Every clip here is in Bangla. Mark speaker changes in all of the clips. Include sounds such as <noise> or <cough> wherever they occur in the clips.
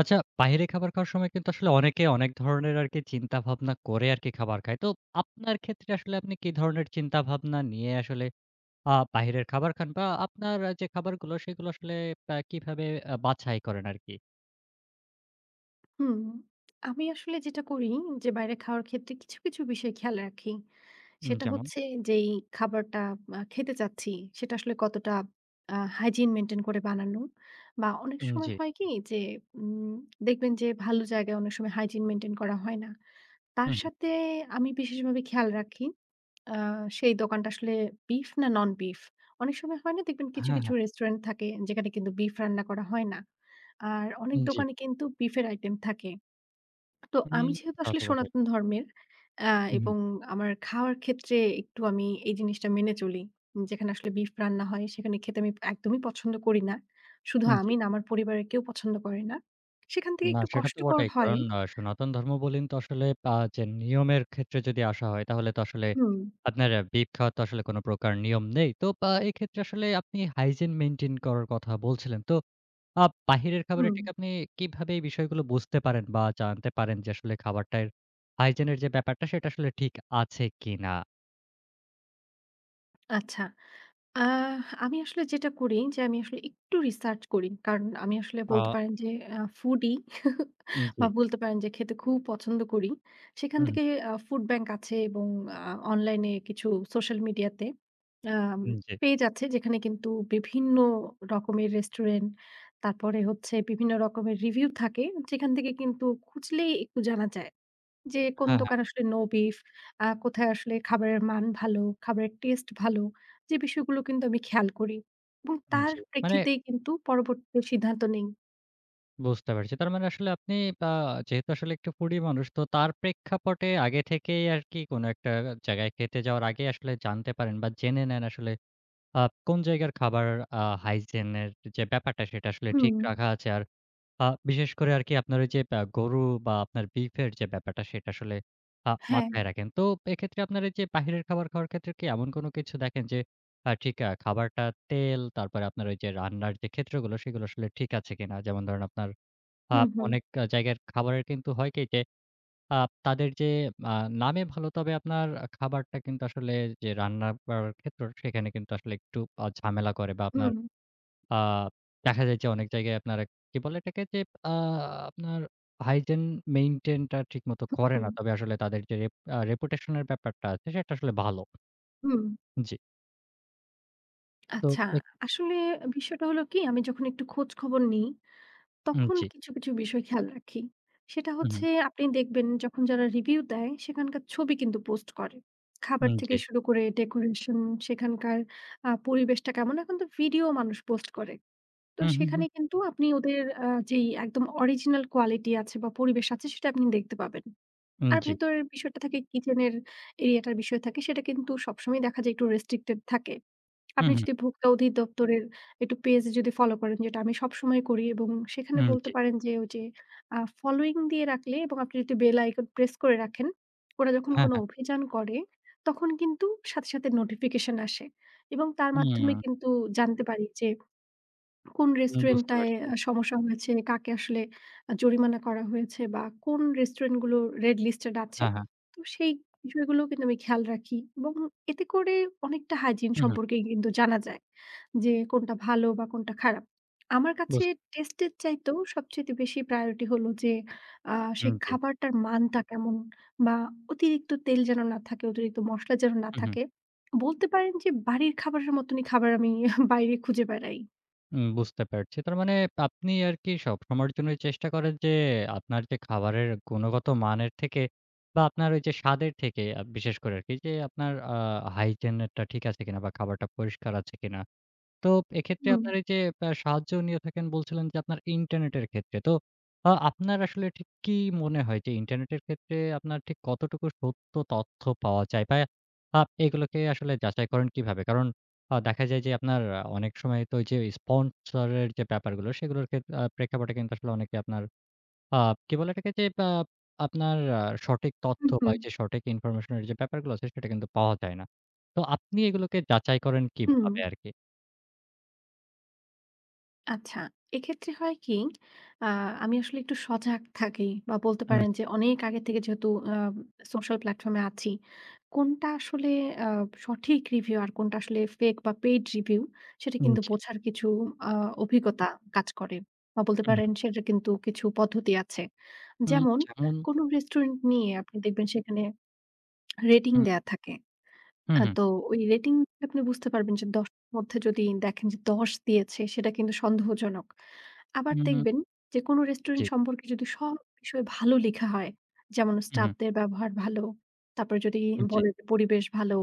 Speaker 1: আচ্ছা, বাইরে খাবার খাওয়ার সময় কিন্তু আসলে অনেকে অনেক ধরনের আরকি চিন্তাভাবনা করে আরকি খাবার খায়। তো আপনার ক্ষেত্রে আসলে আপনি কি ধরনের চিন্তাভাবনা নিয়ে আসলে বাহিরের খাবার খান? বা আপনার যে খাবারগুলো সেগুলো আসলে কিভাবে বাছাই করেন আরকি?
Speaker 2: হুম, আমি আসলে যেটা করি যে বাইরে খাওয়ার ক্ষেত্রে কিছু, কিছু বিষয় খেয়াল রাখি। সেটা
Speaker 1: যেমন?
Speaker 2: হচ্ছে যেই খাবারটা খেতে চাচ্ছি সেটা আসলে কতটা হাইজিন মেইনটেইন করে বানানো বা অনেক সময়
Speaker 1: জি।
Speaker 2: হয় কি যে উম দেখবেন যে ভালো জায়গায় অনেক সময় হাইজিন মেইনটেইন করা হয় না।
Speaker 1: হু,
Speaker 2: তার
Speaker 1: হু।
Speaker 2: সাথে আমি বিশেষভাবে খেয়াল রাখি আ সেই দোকানটা আসলে বিফ না নন বিফ। অনেক সময় হয় না দেখবেন কিছু,
Speaker 1: হ্যাঁ,
Speaker 2: কিছু
Speaker 1: হ্যাঁ।
Speaker 2: রেস্টুরেন্ট থাকে যেখানে কিন্তু বিফ রান্না করা হয় না। আর অনেক
Speaker 1: জি।
Speaker 2: দোকানে কিন্তু বিফের আইটেম থাকে। তো আমি
Speaker 1: হুম,
Speaker 2: যেহেতু
Speaker 1: তা
Speaker 2: আসলে
Speaker 1: তো বটেই।
Speaker 2: সনাতন ধর্মের আ
Speaker 1: হুম।
Speaker 2: এবং আমার খাওয়ার ক্ষেত্রে একটু আমি এই জিনিসটা মেনে চলি। যেখানে আসলে বিফ রান্না হয় সেখানে খেতে আমি একদমই পছন্দ করি না। শুধু
Speaker 1: জি।
Speaker 2: আমি না, আমার পরিবারের কেউ পছন্দ করে না। সেখান থেকে
Speaker 1: না,
Speaker 2: একটু
Speaker 1: সেটা তো
Speaker 2: কষ্টকর
Speaker 1: বটেই।
Speaker 2: হয়।
Speaker 1: কারণ সনাতন ধর্ম বলেন তো আসলে যে নিয়মের ক্ষেত্রে যদি আসা হয় তাহলে তো আসলে
Speaker 2: হুম,
Speaker 1: আপনার বিপ খাওয়ার তো আসলে কোন প্রকার নিয়ম নেই। তো এক্ষেত্রে আসলে আপনি হাইজিন মেইনটেইন করার কথা বলছিলেন। তো বাহিরের খাবারের
Speaker 2: হুম।
Speaker 1: ঠিক আপনি কিভাবে এই বিষয়গুলো বুঝতে পারেন বা জানতে পারেন যে আসলে খাবারটার হাইজিনের যে ব্যাপারটা সেটা আসলে ঠিক আছে কিনা?
Speaker 2: আচ্ছা। আহ আমি আসলে যেটা করি যে আমি আসলে একটু রিসার্চ করি। কারণ আমি আসলে বলতে
Speaker 1: আ
Speaker 2: পারেন যে ফুডি <laughs>
Speaker 1: উম জি।
Speaker 2: বা বলতে পারেন যে খেতে খুব পছন্দ করি। সেখান
Speaker 1: হুম,
Speaker 2: থেকে ফুড ব্যাংক আছে এবং আ অনলাইনে কিছু সোশ্যাল মিডিয়াতে আম
Speaker 1: হুম। জি।
Speaker 2: পেজ আছে যেখানে কিন্তু বিভিন্ন রকমের রেস্টুরেন্ট, তারপরে হচ্ছে বিভিন্ন রকমের রিভিউ থাকে। যেখান থেকে কিন্তু খুঁজলেই একটু জানা যায়। যে কোন
Speaker 1: হ্যাঁ, হ্যাঁ।
Speaker 2: দোকানে আসলে নো বিফ, কোথায় আসলে খাবারের মান ভালো, খাবারের টেস্ট ভালো, যে বিষয়গুলো কিন্তু আমি খেয়াল করি এবং তার
Speaker 1: জি। মানে
Speaker 2: প্রেক্ষিতেই কিন্তু পরবর্তীতে সিদ্ধান্ত নেই।
Speaker 1: বুঝতে পারছি। তার মানে আসলে আপনি আ যেহেতু আসলে একটু ফুডি মানুষ তো তার প্রেক্ষাপটে আগে থেকেই আরকি কোনো একটা জায়গায় খেতে যাওয়ার আগে আসলে জানতে পারেন বা জেনে নেন আসলে কোন জায়গার খাবার হাইজিন এর যে ব্যাপারটা সেটা আসলে
Speaker 2: হুম,
Speaker 1: ঠিক রাখা আছে। আর বিশেষ করে আরকি আপনার ওই যে গরু বা আপনার বিফের যে ব্যাপারটা সেটা আসলে
Speaker 2: হ্যাঁ,
Speaker 1: মাথায় রাখেন। তো এক্ষেত্রে আপনার এই যে বাহিরের খাবার খাওয়ার ক্ষেত্রে কি এমন কোনো কিছু দেখেন যে ঠিক খাবারটা তেল তারপরে আপনার ওই যে রান্নার যে ক্ষেত্রগুলো সেগুলো আসলে ঠিক আছে কিনা? যেমন ধরেন আপনার আ
Speaker 2: হুম, হুম,
Speaker 1: অনেক জায়গার খাবারের কিন্তু হয় কি যে, আ তাদের যে আ নামে ভালো তবে আপনার খাবারটা কিন্তু আসলে যে রান্না করার ক্ষেত্র সেখানে কিন্তু আসলে একটু ঝামেলা করে বা আপনার
Speaker 2: হুম,
Speaker 1: আ দেখা যায় যে অনেক জায়গায় আপনারা কি বলে এটাকে যে আ আপনার হাইজিন মেইনটেইন টা ঠিকমতো করে
Speaker 2: হুম,
Speaker 1: না। তবে আসলে তাদের যে রেপুটেশন এর ব্যাপারটা আছে সেটা আসলে ভালো।
Speaker 2: হুম।
Speaker 1: জি। তো
Speaker 2: আচ্ছা,
Speaker 1: এ
Speaker 2: আসলে বিষয়টা হলো কি আমি যখন একটু খোঁজখবর নিই
Speaker 1: উম
Speaker 2: তখন
Speaker 1: জি।
Speaker 2: কিছু, কিছু বিষয় খেয়াল রাখি। সেটা
Speaker 1: হুম,
Speaker 2: হচ্ছে আপনি দেখবেন যখন যারা রিভিউ দেয় সেখানকার ছবি কিন্তু পোস্ট করে। খাবার
Speaker 1: হুম, জি।
Speaker 2: থেকে শুরু করে ডেকোরেশন, সেখানকার পরিবেশটা কেমন এখন তো ভিডিও মানুষ পোস্ট করে। তো
Speaker 1: হুম, হুম,
Speaker 2: সেখানে
Speaker 1: হুম।
Speaker 2: কিন্তু আপনি ওদের যেই একদম অরিজিনাল কোয়ালিটি আছে বা পরিবেশ আছে সেটা আপনি দেখতে পাবেন। আর
Speaker 1: জি।
Speaker 2: ভেতরের বিষয়টা থাকে কিচেনের এরিয়াটার বিষয় থাকে সেটা কিন্তু সবসময় দেখা যায় একটু রেস্ট্রিক্টেড থাকে।
Speaker 1: হুম,
Speaker 2: আপনি
Speaker 1: হুম।
Speaker 2: যদি ভোক্তা অধিদপ্তরের একটু পেজ যদি ফলো করেন, যেটা আমি সবসময় করি, এবং সেখানে বলতে
Speaker 1: জি।
Speaker 2: পারেন যে ওই যে ফলোইং দিয়ে রাখলে এবং আপনি যদি বেল আইকন প্রেস করে রাখেন, ওরা যখন
Speaker 1: হ্যাঁ,
Speaker 2: কোনো
Speaker 1: হ্যাঁ।
Speaker 2: অভিযান করে, তখন কিন্তু সাথে, সাথে নোটিফিকেশন আসে এবং তার
Speaker 1: হুম,
Speaker 2: মাধ্যমে কিন্তু জানতে পারি যে কোন
Speaker 1: বুঝতে
Speaker 2: রেস্টুরেন্টটায়
Speaker 1: পারছি।
Speaker 2: সমস্যা হয়েছে? কাকে আসলে জরিমানা করা হয়েছে? বা কোন রেস্টুরেন্টগুলো রেড লিস্টেড আছে?
Speaker 1: হ্যাঁ, হ্যাঁ।
Speaker 2: তো সেই বিষয়গুলোও কিন্তু আমি খেয়াল রাখি এবং এতে করে অনেকটা হাইজিন
Speaker 1: হুম, হুম।
Speaker 2: সম্পর্কে কিন্তু জানা যায় যে কোনটা ভালো বা কোনটা খারাপ। আমার কাছে
Speaker 1: বুঝ
Speaker 2: টেস্টের চাইতেও সবচাইতে বেশি প্রায়োরিটি হলো যে আ সেই
Speaker 1: হুম, জি।
Speaker 2: খাবারটার মানটা কেমন? বা অতিরিক্ত তেল যেন না থাকে, অতিরিক্ত মসলা যেন না
Speaker 1: হুম, হুম।
Speaker 2: থাকে। বলতে পারেন যে বাড়ির খাবারের মতনই খাবার আমি <laughs> বাইরে খুঁজে বেড়াই।
Speaker 1: বুঝতে পারছি। তার মানে আপনি আরকি সবসময়ের জন্যই চেষ্টা করেন যে আপনার যে খাবারের গুণগত মানের থেকে বা আপনার ওই যে স্বাদের থেকে বিশেষ করে আরকি যে আপনার হাইজিন টা ঠিক আছে কিনা বা খাবারটা পরিষ্কার আছে কিনা? তো এক্ষেত্রে
Speaker 2: হুম।
Speaker 1: আপনার এই যে সাহায্য নিয়ে থাকেন বলছিলেন যে আপনার ইন্টারনেটের ক্ষেত্রে। তো আপনার আসলে ঠিক কি মনে হয় যে ইন্টারনেটের ক্ষেত্রে আপনার ঠিক কতটুকু সত্য তথ্য পাওয়া যায়? বা এগুলোকে আসলে যাচাই করেন কিভাবে? কারণ দেখা যায় যে আপনার অনেক সময় তো ওই যে স্পন্সরের যে ব্যাপারগুলো সেগুলোর ক্ষেত আ প্রেক্ষাপটে কিন্তু আসলে অনেকে আপনার আ কি বলে এটাকে? যে আপনার সঠিক তথ্য
Speaker 2: হুম,
Speaker 1: বা
Speaker 2: হুম,
Speaker 1: এই যে সঠিক ইনফরমেশন এর যে ব্যাপারগুলো আছে সেটা কিন্তু পাওয়া যায় না। তো আপনি এগুলোকে যাচাই করেন
Speaker 2: হুম।
Speaker 1: কিভাবে আরকি?
Speaker 2: আচ্ছা। এক্ষেত্রে হয় কি, আ আমি আসলে একটু সজাগ থাকি বা বলতে
Speaker 1: হুম।
Speaker 2: পারেন যে অনেক আগে থেকে যেহেতু সোশ্যাল প্ল্যাটফর্ম এ আছি, কোনটা আসলে আ সঠিক রিভিউ আর কোনটা আসলে ফেক বা পেইড রিভিউ সেটা কিন্তু
Speaker 1: জি।
Speaker 2: বোঝার কিছু আ অভিজ্ঞতা কাজ করে। বা বলতে
Speaker 1: হুম,
Speaker 2: পারেন সেটা কিন্তু কিছু পদ্ধতি আছে।
Speaker 1: হুম।
Speaker 2: যেমন
Speaker 1: যেমন।
Speaker 2: কোন রেস্টুরেন্ট নিয়ে আপনি দেখবেন সেখানে রেটিং
Speaker 1: হুম,
Speaker 2: দেয়া থাকে।
Speaker 1: হুম,
Speaker 2: তো ওই রেটিং আপনি বুঝতে পারবেন যে ১০ এর মধ্যে যদি দেখেন যে ১০ দিয়েছে সেটা কিন্তু সন্দেহজনক। আবার
Speaker 1: হুম, হুম।
Speaker 2: দেখবেন যে কোনো
Speaker 1: জি,
Speaker 2: রেস্টুরেন্ট সম্পর্কে যদি সব বিষয়ে ভালো লেখা হয়, যেমন
Speaker 1: হুম, হুম।
Speaker 2: স্টাফদের ব্যবহার ভালো, তারপরে যদি
Speaker 1: জি,
Speaker 2: বলে যে পরিবেশ ভালো,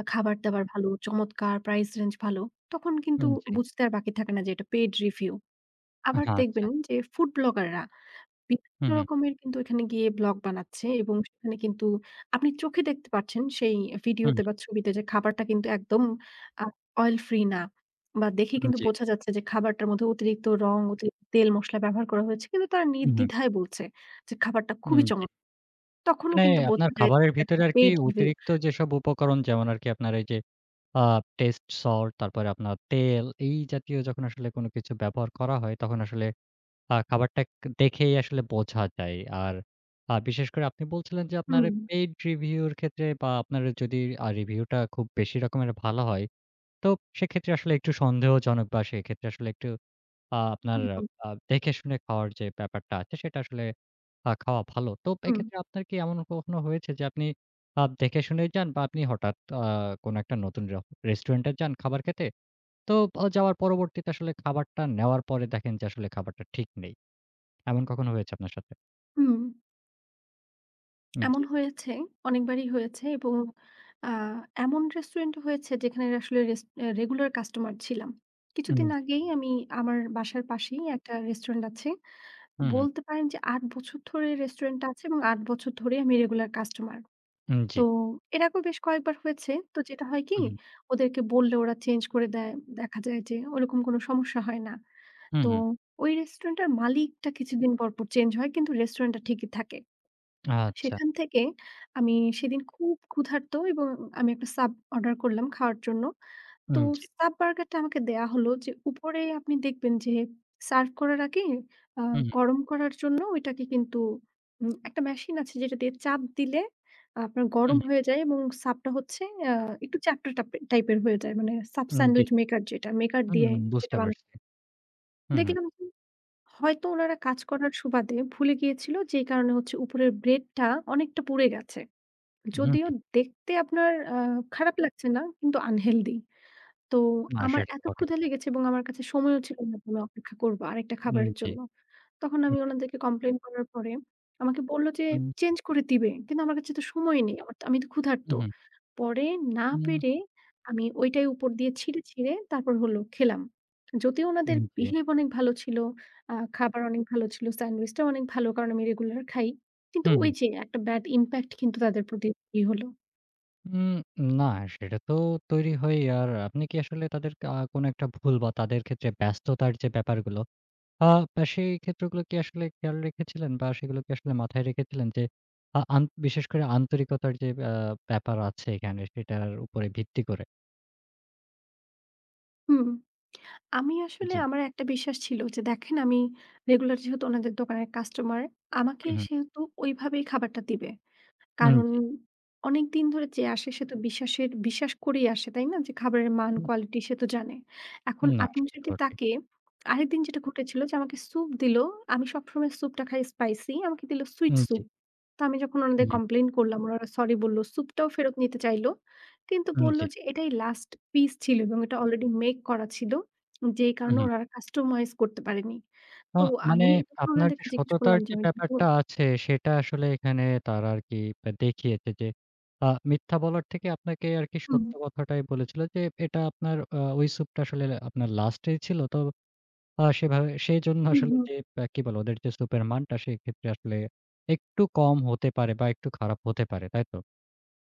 Speaker 2: খাবার-দাবার ভালো, চমৎকার, প্রাইস রেঞ্জ ভালো, তখন কিন্তু
Speaker 1: হুম, জি।
Speaker 2: বুঝতে আর বাকি থাকে না যে এটা পেইড রিভিউ। আবার
Speaker 1: আচ্ছা, আচ্ছা।
Speaker 2: দেখবেন যে ফুড ব্লগাররা বিভিন্ন
Speaker 1: হুম, হুম,
Speaker 2: রকমের কিন্তু এখানে গিয়ে ব্লগ বানাচ্ছে এবং সেখানে কিন্তু আপনি চোখে দেখতে পাচ্ছেন সেই
Speaker 1: হুম,
Speaker 2: ভিডিওতে বা ছবিতে যে খাবারটা কিন্তু একদম আ অয়েল ফ্রি না। বা দেখেই
Speaker 1: হুম।
Speaker 2: কিন্তু
Speaker 1: জি,
Speaker 2: বোঝা যাচ্ছে যে খাবারটার মধ্যে অতিরিক্ত রং, অতিরিক্ত তেল মসলা ব্যবহার করা হয়েছে। কিন্তু তারা
Speaker 1: হুম, হুম,
Speaker 2: নির্দ্বিধায় বলছে যে খাবারটা
Speaker 1: হুম।
Speaker 2: খুবই
Speaker 1: জি।
Speaker 2: চমৎকার। তখনও
Speaker 1: মানে
Speaker 2: কিন্তু
Speaker 1: আপনার
Speaker 2: বোঝা যায় যে
Speaker 1: খাবারের
Speaker 2: এটা
Speaker 1: ভিতরে আরকি
Speaker 2: পেইড রিভিউ।
Speaker 1: অতিরিক্ত যেসব উপকরণ যেমন আরকি আপনার এই যে আ টেস্ট সল্ট তারপরে আপনার তেল এই জাতীয় যখন আসলে কোনো কিছু ব্যবহার করা হয় তখন আসলে খাবারটা দেখেই আসলে বোঝা যায়। আর বিশেষ করে আপনি বলছিলেন যে আপনার
Speaker 2: হুম,
Speaker 1: পেইড রিভিউ এর ক্ষেত্রে বা আপনার যদি রিভিউটা খুব বেশি রকমের ভালো হয় তো সেক্ষেত্রে আসলে একটু সন্দেহজনক বা সেক্ষেত্রে আসলে একটু আপনার
Speaker 2: হুম, হুম,
Speaker 1: দেখে শুনে খাওয়ার যে ব্যাপারটা আছে সেটা আসলে খাওয়া ভালো। তো
Speaker 2: হুম,
Speaker 1: এক্ষেত্রে আপনার কি এমন কখনো হয়েছে যে আপনি দেখে শুনেই যান বা আপনি হঠাৎ কোনো একটা নতুন রেস্টুরেন্টে যান খাবার খেতে। তো যাওয়ার পরবর্তীতে আসলে খাবারটা নেওয়ার পরে দেখেন যে আসলে খাবারটা ঠিক নেই। এমন কখনো হয়েছে আপনার সাথে?
Speaker 2: হুম। এমন
Speaker 1: জি,
Speaker 2: হয়েছে, অনেকবারই হয়েছে, এবং আ এমন রেস্টুরেন্টও হয়েছে যেখানে আসলে রেস অ্যা রেগুলার কাস্টমার ছিলাম। কিছুদিন
Speaker 1: জি,
Speaker 2: আগেই আমি, আমার বাসার পাশেই একটা রেস্টুরেন্ট আছে।
Speaker 1: হুম, হুম,
Speaker 2: বলতে পারেন যে ৮ বছর ধরে রেস্টুরেন্টটা আছে এবং ৮ বছর ধরেই আমি রেগুলার কাস্টমার।
Speaker 1: জি,
Speaker 2: তো এর আগেও বেশ কয়েকবার হয়েছে। তো যেটা হয় কি,
Speaker 1: হুম, হুম,
Speaker 2: ওদেরকে বললে ওরা চেঞ্জ করে দেয়। দেখা যায় যে ওরকম কোনো সমস্যা হয় না।
Speaker 1: হুম,
Speaker 2: তো
Speaker 1: হুম,
Speaker 2: ওই রেস্টুরেন্টটার মালিকটা কিছুদিন পরপর চেঞ্জ হয় কিন্তু রেস্টুরেন্টটা ঠিকই থাকে।
Speaker 1: আচ্ছা,
Speaker 2: সেখান থেকে আমি সেদিন খুব ক্ষুধার্ত এবং আমি একটা সাব অর্ডার করলাম খাওয়ার জন্য। তো
Speaker 1: জি,
Speaker 2: সাব বার্গারটা আমাকে দেয়া হলো, যে উপরে আপনি দেখবেন যে সার্ভ করার আগে আ
Speaker 1: হুম,
Speaker 2: গরম করার জন্য ওইটাকে কিন্তু একটা মেশিন আছে যেটা দিয়ে চাপ দিলে আপনার
Speaker 1: হুম,
Speaker 2: গরম
Speaker 1: হুম,
Speaker 2: হয়ে যায় এবং সাবটা হচ্ছে আ একটু চ্যাপ্টা টাপে টাইপের হয়ে যায়। মানে সাব
Speaker 1: হুম, জি,
Speaker 2: স্যান্ডউইচ মেকার, মেকার
Speaker 1: হুম,
Speaker 2: দিয়ে যেটা
Speaker 1: বুঝতে
Speaker 2: বানা
Speaker 1: পারছি। হুম, হুম,
Speaker 2: দেখলাম যে হয়তো উনারা কাজ করার সুবাদে ভুলে গিয়েছিল, যেই কারণে হচ্ছে উপরের ব্রেডটা অনেকটা পুড়ে গেছে। যদিও
Speaker 1: হুম।
Speaker 2: দেখতে আপনার খারাপ লাগছে না, কিন্তু আনহেলদি। তো
Speaker 1: না
Speaker 2: আমার
Speaker 1: সেটা তো
Speaker 2: এত
Speaker 1: বটেই।
Speaker 2: ক্ষুধা লেগেছে এবং আমার কাছে সময়ও ছিল না যে আমি অপেক্ষা করব আরেকটা খাবারের
Speaker 1: জি।
Speaker 2: জন্য। তখন
Speaker 1: উম
Speaker 2: আমি ওনাদেরকে কমপ্লেইন করার পরে আমাকে বলল যে
Speaker 1: উম
Speaker 2: চেঞ্জ করে দিবে। কিন্তু আমার কাছে তো সময় নেই। আমার তো আমি তো ক্ষুধার্ত।
Speaker 1: উম
Speaker 2: পরে না
Speaker 1: উম
Speaker 2: পেরে আমি ওইটাই উপর দিয়ে ছিঁড়ে, ছিঁড়ে তারপর হলো খেলাম। যদিও ওনাদের
Speaker 1: উম জি।
Speaker 2: বিহেভ অনেক ভালো ছিল, খাবার অনেক ভালো ছিল, স্যান্ডউইচটাও অনেক ভালো, কারণ আমি রেগুলার খাই। কিন্তু
Speaker 1: হুম,
Speaker 2: ওই
Speaker 1: হুম।
Speaker 2: যে একটা ব্যাড ইমপ্যাক্ট কিন্তু তাদের প্রতি তৈরি হলো।
Speaker 1: উম না সেটা তো তৈরি হয়ই। আর আপনি কি আসলে তাদের কোনো একটা ভুল বা তাদের ক্ষেত্রে ব্যস্ততার যে ব্যাপারগুলো, আ তা সেই ক্ষেত্রগুলো কি আসলে খেয়াল রেখেছিলেন বা সেগুলো কি আসলে মাথায় রেখেছিলেন যে আ আন বিশেষ করে আন্তরিকতার যে ব্যাপার আছে এখানে সেটার উপরে ভিত্তি করে?
Speaker 2: হুম। আমি আসলে,
Speaker 1: জি।
Speaker 2: আমার একটা বিশ্বাস ছিল যে দেখেন আমি রেগুলার যেহেতু ওনাদের দোকানের কাস্টমার, আমাকে
Speaker 1: হুম, হুম।
Speaker 2: সেহেতু ওইভাবেই খাবারটা দিবে। কারণ
Speaker 1: জি।
Speaker 2: অনেকদিন ধরে যে আসে সে তো বিশ্বাস করেই আসে, তাই না? যে খাবারের মান কোয়ালিটি সে তো জানে। এখন
Speaker 1: না
Speaker 2: আপনি
Speaker 1: সেটা তো
Speaker 2: যদি
Speaker 1: বটেই।
Speaker 2: তাকে আরেকদিন যেটা ঘটেছিল যে আমাকে স্যুপ দিল। আমি সবসময় স্যুপটা খাই স্পাইসি। আমাকে দিল সুইট
Speaker 1: জি।
Speaker 2: স্যুপ। তো আমি যখন ওনাদের
Speaker 1: হুম।
Speaker 2: কমপ্লেইন করলাম, ওনারা সরি বলল। স্যুপটাও ফেরত নিতে চাইল। কিন্তু বলল
Speaker 1: জি।
Speaker 2: যে এটাই লাস্ট পিস ছিল এবং এটা অলরেডি মেক করা ছিল। যেই কারণে
Speaker 1: হুম।
Speaker 2: ওনারা কাস্টমাইজ করতে পারেনি।
Speaker 1: আ
Speaker 2: তো
Speaker 1: মানে
Speaker 2: আমি তখন
Speaker 1: আপনার যে
Speaker 2: ওনাদেরকে জিজ্ঞেস
Speaker 1: সততার
Speaker 2: করলাম যে
Speaker 1: যে
Speaker 2: আমি কিন্তু
Speaker 1: ব্যাপারটা আছে সেটা আসলে এখানে তারা আরকি দেখিয়েছে যে আ মিথ্যা বলার থেকে আপনাকে আরকি
Speaker 2: হুম,
Speaker 1: সত্য কথাটাই বলেছিল যে এটা আপনার ওই স্যুপটা আসলে আপনার লাস্টেই ছিল। তো সেভাবে সেইজন্য
Speaker 2: হুম,
Speaker 1: আসলে
Speaker 2: হুম।
Speaker 1: যে কি বলে ওদের যে স্যুপের মানটা সেক্ষেত্রে আসলে একটু কম হতে পারে বা একটু খারাপ হতে পারে। তাই তো?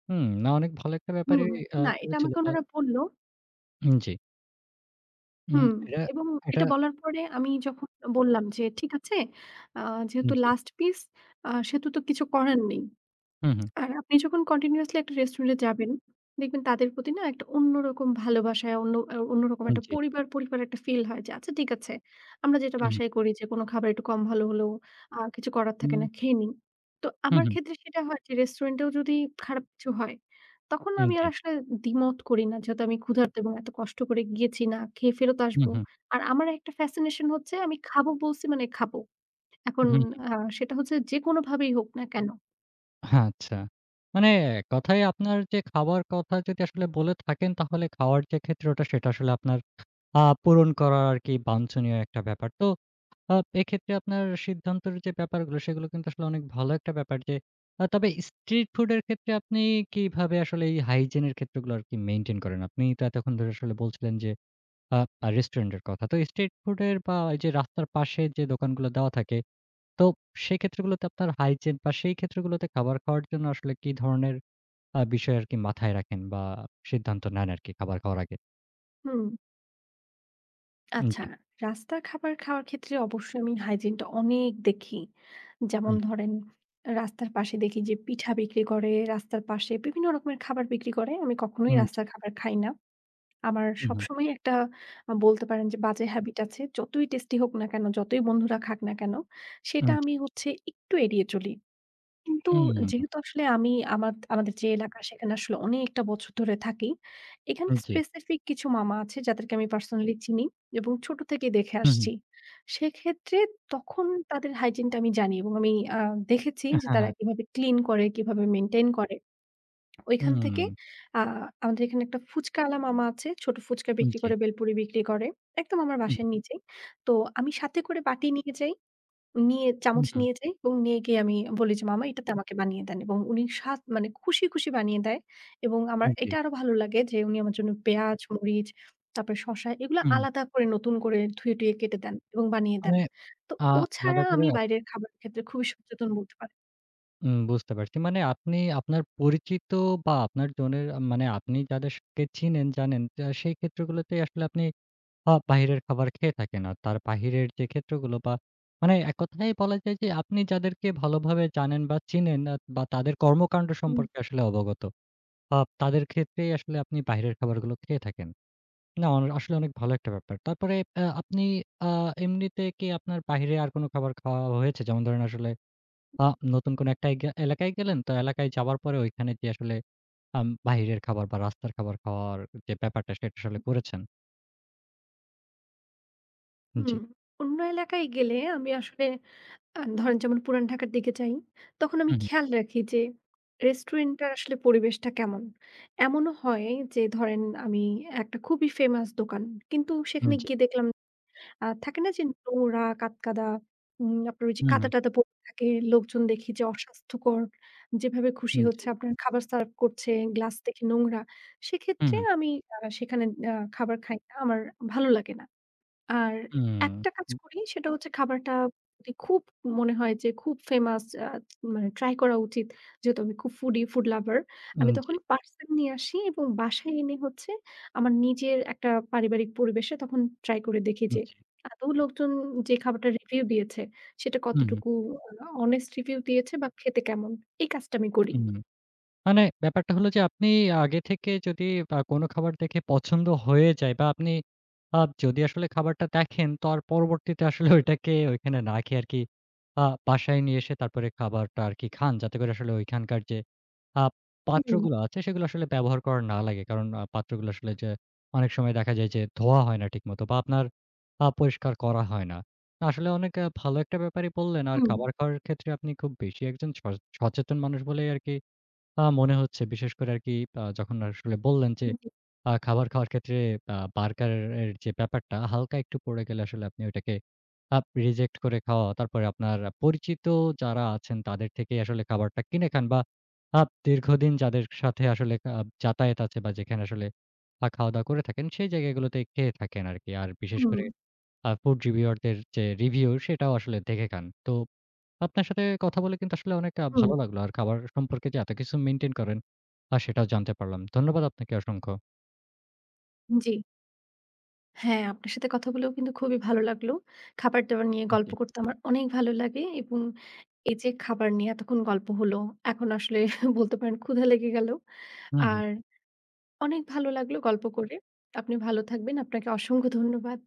Speaker 1: হুম, না অনেক ভালো একটা ব্যাপারই
Speaker 2: হুম, না এটা
Speaker 1: করেছিল
Speaker 2: আমাকে
Speaker 1: বা
Speaker 2: উনারা বলল।
Speaker 1: জি।
Speaker 2: হুম।
Speaker 1: এটা
Speaker 2: এবং এটা
Speaker 1: এটা
Speaker 2: বলার পরে আমি যখন বললাম যে, "ঠিক আছে, আ যেহেতু
Speaker 1: জি।
Speaker 2: লাস্ট পিস সেহেতু তো কিছু করার নেই।"
Speaker 1: হুম, হুম।
Speaker 2: আর আপনি যখন কন্টিনিউয়াসলি একটা রেস্টুরেন্টে যাবেন, দেখবেন তাদের প্রতি না একটা অন্যরকম ভালোবাসা, অন্যরকম একটা
Speaker 1: জি।
Speaker 2: পরিবার একটা ফিল হয় যে, আচ্ছা ঠিক আছে। আমরা যেটা
Speaker 1: হুম, হুম।
Speaker 2: বাসায় করি যে কোনো খাবার একটু কম ভালো হলেও কিছু করার থাকে
Speaker 1: হুম,
Speaker 2: না, খেয়ে নিই। তো
Speaker 1: হুম,
Speaker 2: আমার
Speaker 1: হুম।
Speaker 2: ক্ষেত্রে সেটা হয় যে রেস্টুরেন্টেও যদি খারাপ কিছু হয়, তখন
Speaker 1: হুম,
Speaker 2: আমি আর
Speaker 1: জি।
Speaker 2: আসলে দ্বিমত করি না। যেহেতু আমি ক্ষুধার্ত এবং এত কষ্ট করে গিয়েছি না খেয়ে ফেরত
Speaker 1: হুম,
Speaker 2: আসবো।
Speaker 1: হুম।
Speaker 2: আর আমার একটা ফ্যাসিনেশন হচ্ছে আমি খাবো বলছি মানে খাবো। এখন
Speaker 1: হুম,
Speaker 2: আ সেটা হচ্ছে যে কোনোভাবেই হোক না কেন।
Speaker 1: আচ্ছা। মানে কথায় আপনার যে খাওয়ার কথা যদি আসলে বলে থাকেন তাহলে খাওয়ার যে ক্ষেত্রটা সেটা আসলে আপনার পূরণ করা আরকি বাঞ্ছনীয় একটা ব্যাপার। তো আ এক্ষেত্রে আপনার সিদ্ধান্তের যে ব্যাপারগুলো সেগুলো কিন্তু আসলে অনেক ভালো একটা ব্যাপার যে তবে স্ট্রিট ফুডের ক্ষেত্রে আপনি কিভাবে আসলে এই হাইজিনের ক্ষেত্রগুলো আরকি মেইনটেইন করেন? আপনি তো এতক্ষণ ধরে আসলে বলছিলেন যে আ আ রেস্টুরেন্টের কথা। তো স্ট্রিট ফুডের বা এই যে রাস্তার পাশে যে দোকানগুলো দেওয়া থাকে তো সেই ক্ষেত্রগুলোতে আপনার হাইজিন বা সেই ক্ষেত্রগুলোতে খাবার খাওয়ার জন্য আসলে কি ধরনের বিষয় আরকি মাথায় রাখেন বা সিদ্ধান্ত নেন আরকি খাবার খাওয়ার আগে?
Speaker 2: হুম। আচ্ছা,
Speaker 1: জি।
Speaker 2: রাস্তার খাবার খাওয়ার ক্ষেত্রে অবশ্যই আমি হাইজিনটা অনেক দেখি। যেমন
Speaker 1: হুম,
Speaker 2: ধরেন রাস্তার পাশে দেখি যে পিঠা বিক্রি করে, রাস্তার পাশে বিভিন্ন রকমের খাবার বিক্রি করে। আমি কখনোই
Speaker 1: হুম, জি।
Speaker 2: রাস্তার খাবার খাই না। আমার
Speaker 1: হুম, হুম,
Speaker 2: সবসময় একটা বলতে পারেন যে বাজে হ্যাবিট আছে। যতই টেস্টি হোক না কেন, যতই বন্ধুরা খাক না কেন, সেটা
Speaker 1: হুম,
Speaker 2: আমি হচ্ছে একটু এড়িয়ে চলি। কিন্তু যেহেতু আসলে আমি, আমাদের যে এলাকা সেখানে আসলে অনেকটা বছর ধরে থাকি। এখানে
Speaker 1: হুম, জি।
Speaker 2: স্পেসিফিক কিছু মামা আছে যাদেরকে আমি পার্সোনালি চিনি এবং ছোট থেকে দেখে
Speaker 1: হুম, হুম।
Speaker 2: আসছি। সেক্ষেত্রে তখন তাদের হাইজিনটা আমি জানি এবং আমি দেখেছি
Speaker 1: হ্যাঁ,
Speaker 2: যে তারা
Speaker 1: হ্যাঁ।
Speaker 2: কিভাবে ক্লিন করে, কিভাবে মেইনটেইন করে। ওইখান থেকে
Speaker 1: হুম,
Speaker 2: আ আমাদের এখানে একটা ফুচকাওয়ালা মামা আছে। ছোট ফুচকা বিক্রি
Speaker 1: জি।
Speaker 2: করে, বেলপুরি বিক্রি করে। একদম আমার
Speaker 1: হুম,
Speaker 2: বাসার নিচেই। তো আমি সাথে করে বাটি নিয়ে যাই। চামচ
Speaker 1: হুম,
Speaker 2: নিয়ে যাই এবং নিয়ে গিয়ে আমি বলি যে, "মামা এটাতে আমাকে বানিয়ে দেন", এবং উনি স্বাদ মানে খুশি, খুশি বানিয়ে দেয় এবং আমার
Speaker 1: হুম, জি।
Speaker 2: এটা আরো ভালো লাগে যে উনি আমার জন্য পেঁয়াজ, মরিচ, তারপরে শসা এগুলো
Speaker 1: হুম।
Speaker 2: আলাদা করে নতুন করে ধুয়ে টুয়ে কেটে দেন এবং বানিয়ে দেন।
Speaker 1: মানে
Speaker 2: তো
Speaker 1: আ
Speaker 2: ও ছাড়া
Speaker 1: আলাদা করে
Speaker 2: আমি বাইরের খাবারের ক্ষেত্রে খুবই সচেতন বলতে পারেন।
Speaker 1: বুঝতে পারছি। মানে আপনি আপনার পরিচিত বা আপনার জনের মানে আপনি যাদেরকে চিনেন, জানেন তা সেই ক্ষেত্রগুলোতে আসলে আপনি বাহিরের খাবার খেয়ে থাকে না। তার বাহিরের যে ক্ষেত্রগুলো বা মানে এক কথায় বলা যায় যে আপনি যাদেরকে ভালোভাবে জানেন বা চিনেন বা তাদের কর্মকাণ্ড
Speaker 2: হুম,
Speaker 1: সম্পর্কে আসলে অবগত। তাদের ক্ষেত্রেই আসলে আপনি বাহিরের খাবারগুলো খেয়ে থাকেন। না আসলে অনেক ভালো একটা ব্যাপার। তারপরে আপনি আ এমনিতে কি আপনার বাহিরে আর কোনো খাবার খাওয়া হয়েছে? যেমন ধরেন আসলে আ নতুন কোনো একটা এলাকায় গেলেন, তো এলাকায় যাওয়ার পরে ওইখানে যেয়ে আসলে বাহিরের খাবার বা রাস্তার খাবার খাওয়ার যে ব্যাপারটা সেটা আসলে করেছেন? জি।
Speaker 2: হুম। অন্য এলাকায় গেলে আমি আসলে ধরেন যেমন পুরান ঢাকার দিকে যাই, তখন আমি
Speaker 1: হুম, হুম।
Speaker 2: খেয়াল রাখি যে রেস্টুরেন্টটার আসলে পরিবেশটা কেমন? এমনও হয় যে ধরেন আমি একটা খুবই ফেমাস দোকান। কিন্তু সেখানে
Speaker 1: জি।
Speaker 2: গিয়ে দেখলাম থাকে না যে নোংরা, কাদকাদা, আপনার ওই যে
Speaker 1: হুম, হুম।
Speaker 2: কাদা-টাদা পড়ে থাকে। লোকজন দেখি যে অস্বাস্থ্যকর। যেভাবে খুশি
Speaker 1: হুম, জি।
Speaker 2: হচ্ছে আপনার খাবার সার্ভ করছে, গ্লাস দেখে নোংরা।
Speaker 1: হুম,
Speaker 2: সেক্ষেত্রে
Speaker 1: হুম।
Speaker 2: আমি সেখানে খাবার খাই না। আমার ভালো লাগে না। আর একটা কাজ করি সেটা হচ্ছে খাবারটা যদি খুব মনে হয় যে খুব ফেমাস, মানে ট্রাই করা উচিত। যেহেতু আমি খুব ফুডি, ফুড লাভার। আমি
Speaker 1: হুম,
Speaker 2: তখন
Speaker 1: জি,
Speaker 2: পার্সেল নিয়ে আসি এবং বাসায় এনে হচ্ছে আমার নিজের একটা পারিবারিক পরিবেশে তখন ট্রাই করে দেখি যে
Speaker 1: জি।
Speaker 2: আদৌ লোকজন যে খাবারটার রিভিউ দিয়েছে সেটা
Speaker 1: হুম,
Speaker 2: কতটুকু অনেস্ট রিভিউ দিয়েছে বা খেতে কেমন? এই কাজটা আমি করি।
Speaker 1: হুম। মানে ব্যাপারটা হলো যে আপনি আগে থেকে যদি কোনো খাবার দেখে পছন্দ হয়ে যায় বা আপনি যদি আসলে খাবারটা দেখেন তার পরবর্তীতে আসলে ওইটাকে ওইখানে না খেয়ে আরকি বাসায় নিয়ে এসে তারপরে খাবারটা আরকি খান। যাতে করে আসলে ওইখানকার যে আ
Speaker 2: হুম,
Speaker 1: পাত্রগুলো আছে সেগুলো আসলে ব্যবহার করা না লাগে। কারণ পাত্রগুলো আসলে যে অনেক সময় দেখা যায় যে ধোয়া হয় না ঠিকমতো বা আপনার পরিষ্কার করা হয় না। আসলে অনেক ভালো একটা ব্যাপারই বললেন। আর
Speaker 2: হুম,
Speaker 1: খাবার খাওয়ার ক্ষেত্রে আপনি খুব বেশি একজন সচেতন মানুষ বলেই আরকি মনে হচ্ছে বিশেষ করে আরকি যখন আসলে বললেন যে,
Speaker 2: জি,
Speaker 1: খাবার খাওয়ার ক্ষেত্রে বার্গারের যে ব্যাপারটা হালকা একটু পড়ে গেলে আসলে আপনি ওইটাকে রিজেক্ট করে খাওয়া। তারপরে আপনার পরিচিত যারা আছেন তাদের থেকেই আসলে খাবারটা কিনে খান বা দীর্ঘদিন যাদের সাথে আসলে যাতায়াত আছে বা যেখানে আসলে খাওয়া-দাওয়া করে থাকেন সেই জায়গাগুলোতে খেয়ে থাকেন আরকি। আর বিশেষ
Speaker 2: হুম,
Speaker 1: করে ফুড রিভিউয়ারদের যে রিভিউ সেটাও আসলে দেখে খান। তো আপনার সাথে কথা বলে কিন্তু আসলে অনেক
Speaker 2: হুম,
Speaker 1: ভালো লাগলো। আর খাবার সম্পর্কে যে এত কিছু মেইনটেইন করেন, সেটাও জানতে পারলাম। ধন্যবাদ আপনাকে অসংখ্য।
Speaker 2: জি। হ্যাঁ, আপনার সাথে কথা বলেও কিন্তু খুবই ভালো লাগলো। খাবার-দাবার নিয়ে গল্প
Speaker 1: জি।
Speaker 2: করতে আমার অনেক ভালো লাগে এবং এই যে খাবার নিয়ে এতক্ষণ গল্প হলো, এখন আসলে <laughs> বলতে পারেন ক্ষুধা লেগে গেল।
Speaker 1: হুম, হুম।
Speaker 2: আর অনেক ভালো লাগলো গল্প করে। আপনি ভালো থাকবেন। আপনাকে অসংখ্য ধন্যবাদ।